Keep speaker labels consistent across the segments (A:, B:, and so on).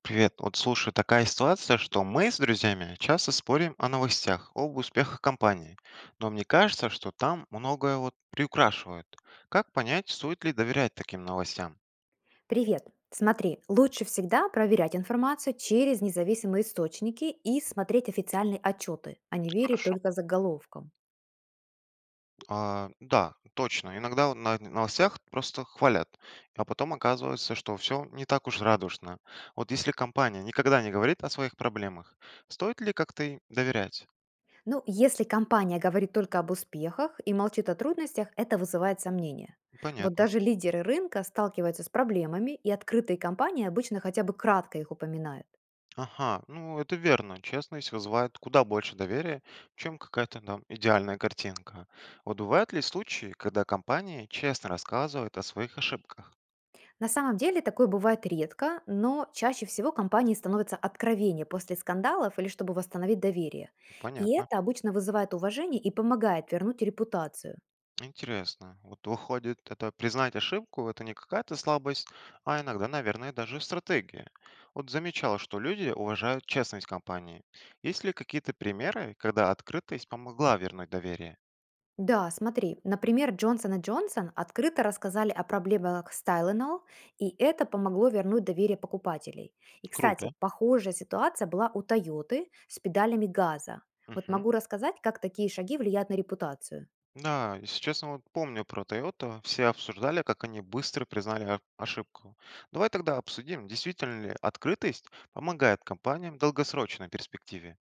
A: Привет. Вот слушай, такая ситуация, что мы с друзьями часто спорим о новостях, об успехах компании. Но мне кажется, что там многое вот приукрашивают. Как понять, стоит ли доверять таким новостям?
B: Привет. Смотри, лучше всегда проверять информацию через независимые источники и смотреть официальные отчеты, а не верить
A: Хорошо.
B: только заголовкам.
A: А, да, точно. Иногда вот на новостях просто хвалят, а потом оказывается, что все не так уж радужно. Вот если компания никогда не говорит о своих проблемах, стоит ли как-то и доверять?
B: Ну, если компания говорит только об успехах и молчит о трудностях, это вызывает сомнения. Вот
A: Понятно.
B: даже лидеры рынка сталкиваются с проблемами, и открытые компании обычно хотя бы кратко их упоминают.
A: Ага, ну это верно. Честность вызывает куда больше доверия, чем какая-то там идеальная картинка. Вот бывают ли случаи, когда компания честно рассказывает о своих ошибках?
B: На самом деле такое бывает редко, но чаще всего компании становятся откровеннее после скандалов или чтобы восстановить доверие. И
A: Понятно.
B: это обычно вызывает уважение и помогает вернуть репутацию.
A: Интересно. Вот выходит, это признать ошибку, это не какая-то слабость, а иногда, наверное, даже стратегия. Вот замечал, что люди уважают честность компании. Есть ли какие-то примеры, когда открытость помогла вернуть доверие?
B: Да, смотри, например, Джонсон и Джонсон открыто рассказали о проблемах с Tylenol, и это помогло вернуть доверие покупателей. И, кстати,
A: Круто.
B: похожая ситуация была у Тойоты с педалями газа. Вот
A: Мгм.
B: могу рассказать, как такие шаги влияют на репутацию.
A: Да, если честно, вот помню про Toyota. Все обсуждали, как они быстро признали ошибку. Давай тогда обсудим, действительно ли открытость помогает компаниям в долгосрочной перспективе.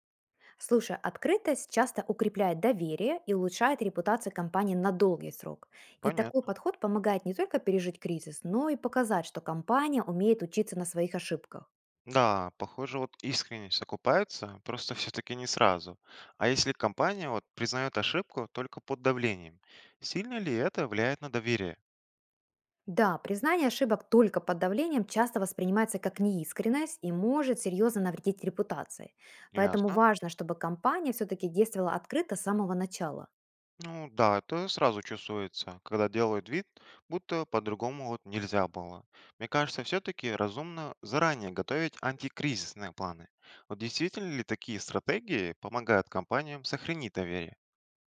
B: Слушай, открытость часто укрепляет доверие и улучшает репутацию компании на долгий срок. И такой
A: Понятно.
B: подход помогает не только пережить кризис, но и показать, что компания умеет учиться на своих ошибках.
A: Да, похоже, вот искренность окупается, просто все-таки не сразу. А если компания вот признает ошибку только под давлением, сильно ли это влияет на доверие?
B: Да, признание ошибок только под давлением часто воспринимается как неискренность и может серьезно навредить репутации. Поэтому
A: Ясно.
B: важно, чтобы компания все-таки действовала открыто с самого начала.
A: Ну да, это сразу чувствуется, когда делают вид, будто по-другому вот нельзя было. Мне кажется, все-таки разумно заранее готовить антикризисные планы. Вот действительно ли такие стратегии помогают компаниям сохранить доверие?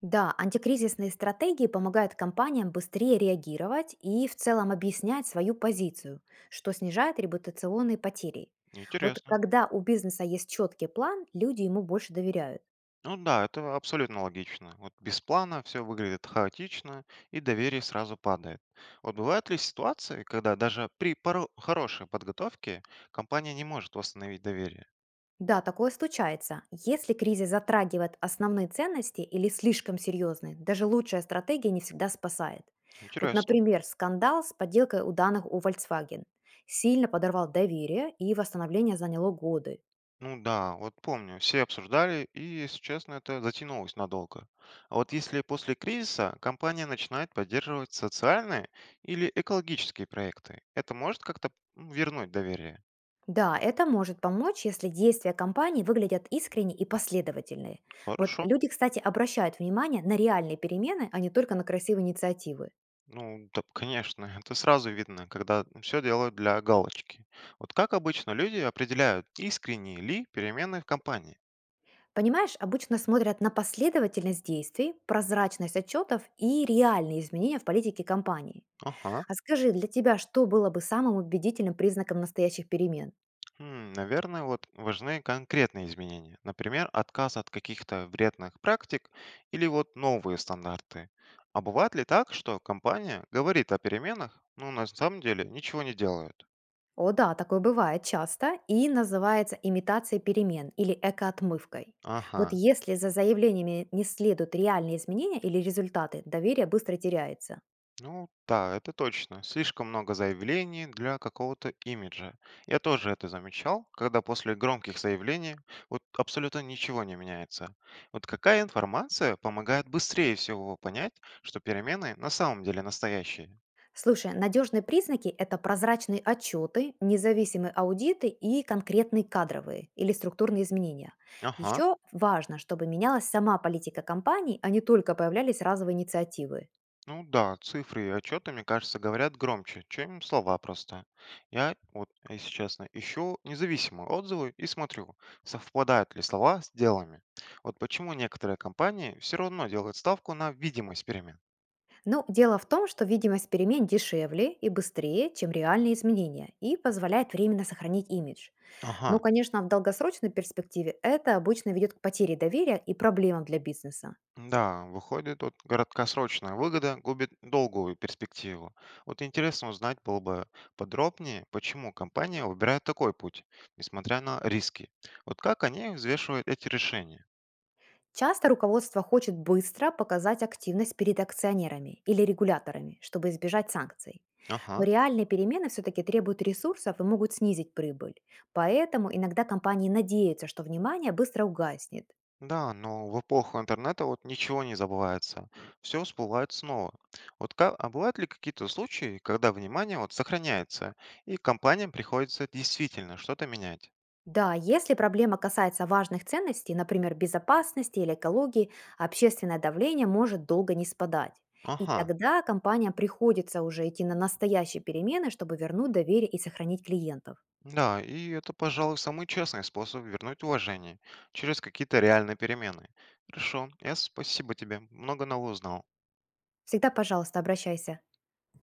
B: Да, антикризисные стратегии помогают компаниям быстрее реагировать и в целом объяснять свою позицию, что снижает репутационные потери. Вот
A: Интересно.
B: когда у бизнеса есть четкий план, люди ему больше доверяют.
A: Ну да, это абсолютно логично. Вот без плана все выглядит хаотично, и доверие сразу падает. Вот бывают ли ситуации, когда даже при хорошей подготовке компания не может восстановить доверие?
B: Да, такое случается. Если кризис затрагивает основные ценности или слишком серьезный, даже лучшая стратегия не всегда спасает. Вот,
A: Интересно.
B: например, скандал с подделкой у данных у Volkswagen сильно подорвал доверие и восстановление заняло годы.
A: Ну да, вот помню, все обсуждали, и, если честно, это затянулось надолго. А вот если после кризиса компания начинает поддерживать социальные или экологические проекты, это может как-то, вернуть доверие?
B: Да, это может помочь, если действия компании выглядят искренне и последовательные. Вот
A: Хорошо.
B: люди, кстати, обращают внимание на реальные перемены, а не только на красивые инициативы.
A: Ну, да, конечно, это сразу видно, когда все делают для галочки. Вот как обычно люди определяют, искренние ли перемены в компании?
B: Понимаешь, обычно смотрят на последовательность действий, прозрачность отчетов и реальные изменения в политике компании.
A: Ага.
B: А скажи, для тебя что было бы самым убедительным признаком настоящих перемен?
A: Хм, наверное, вот важны конкретные изменения. Например, отказ от каких-то вредных практик или вот новые стандарты. А бывает ли так, что компания говорит о переменах, но на самом деле ничего не делает?
B: О да, такое бывает часто и называется имитацией перемен или экоотмывкой.
A: Ага.
B: Вот если за заявлениями не следуют реальные изменения или результаты, доверие быстро теряется.
A: Ну да, это точно. Слишком много заявлений для какого-то имиджа. Я тоже это замечал, когда после громких заявлений вот абсолютно ничего не меняется. Вот какая информация помогает быстрее всего понять, что перемены на самом деле настоящие?
B: Слушай, надежные признаки – это прозрачные отчеты, независимые аудиты и конкретные кадровые или структурные изменения.
A: Ага,
B: Еще важно, чтобы менялась сама политика компании, а не только появлялись разовые инициативы.
A: ну да, цифры и отчеты, мне кажется, говорят громче, чем слова просто. Я, вот, если честно, ищу независимые отзывы и смотрю, совпадают ли слова с делами. Вот почему некоторые компании все равно делают ставку на видимость перемен.
B: Ну, дело в том, что видимость перемен дешевле и быстрее, чем реальные изменения, и позволяет временно сохранить имидж. Но,
A: Ага,
B: конечно, в долгосрочной перспективе это обычно ведет к потере доверия и проблемам для бизнеса.
A: да, выходит, вот короткосрочная выгода губит долгую перспективу. Вот интересно узнать было бы подробнее, почему компания выбирает такой путь, несмотря на риски. Вот как они взвешивают эти решения.
B: Часто руководство хочет быстро показать активность перед акционерами или регуляторами, чтобы избежать санкций. Но
A: Ага.
B: реальные перемены все-таки требуют ресурсов и могут снизить прибыль. Поэтому иногда компании надеются, что внимание быстро угаснет.
A: Да, но в эпоху интернета вот ничего не забывается. Все всплывает снова. Вот а бывают ли какие-то случаи, когда внимание вот сохраняется, и компаниям приходится действительно что-то менять?
B: Да, если проблема касается важных ценностей, например, безопасности или экологии, общественное давление может долго не спадать. И
A: Ага,
B: тогда компаниям приходится уже идти на настоящие перемены, чтобы вернуть доверие и сохранить клиентов.
A: да, и это, пожалуй, самый честный способ вернуть уважение через какие-то реальные перемены. Хорошо, я спасибо тебе, много нового узнал.
B: Всегда, пожалуйста, обращайся.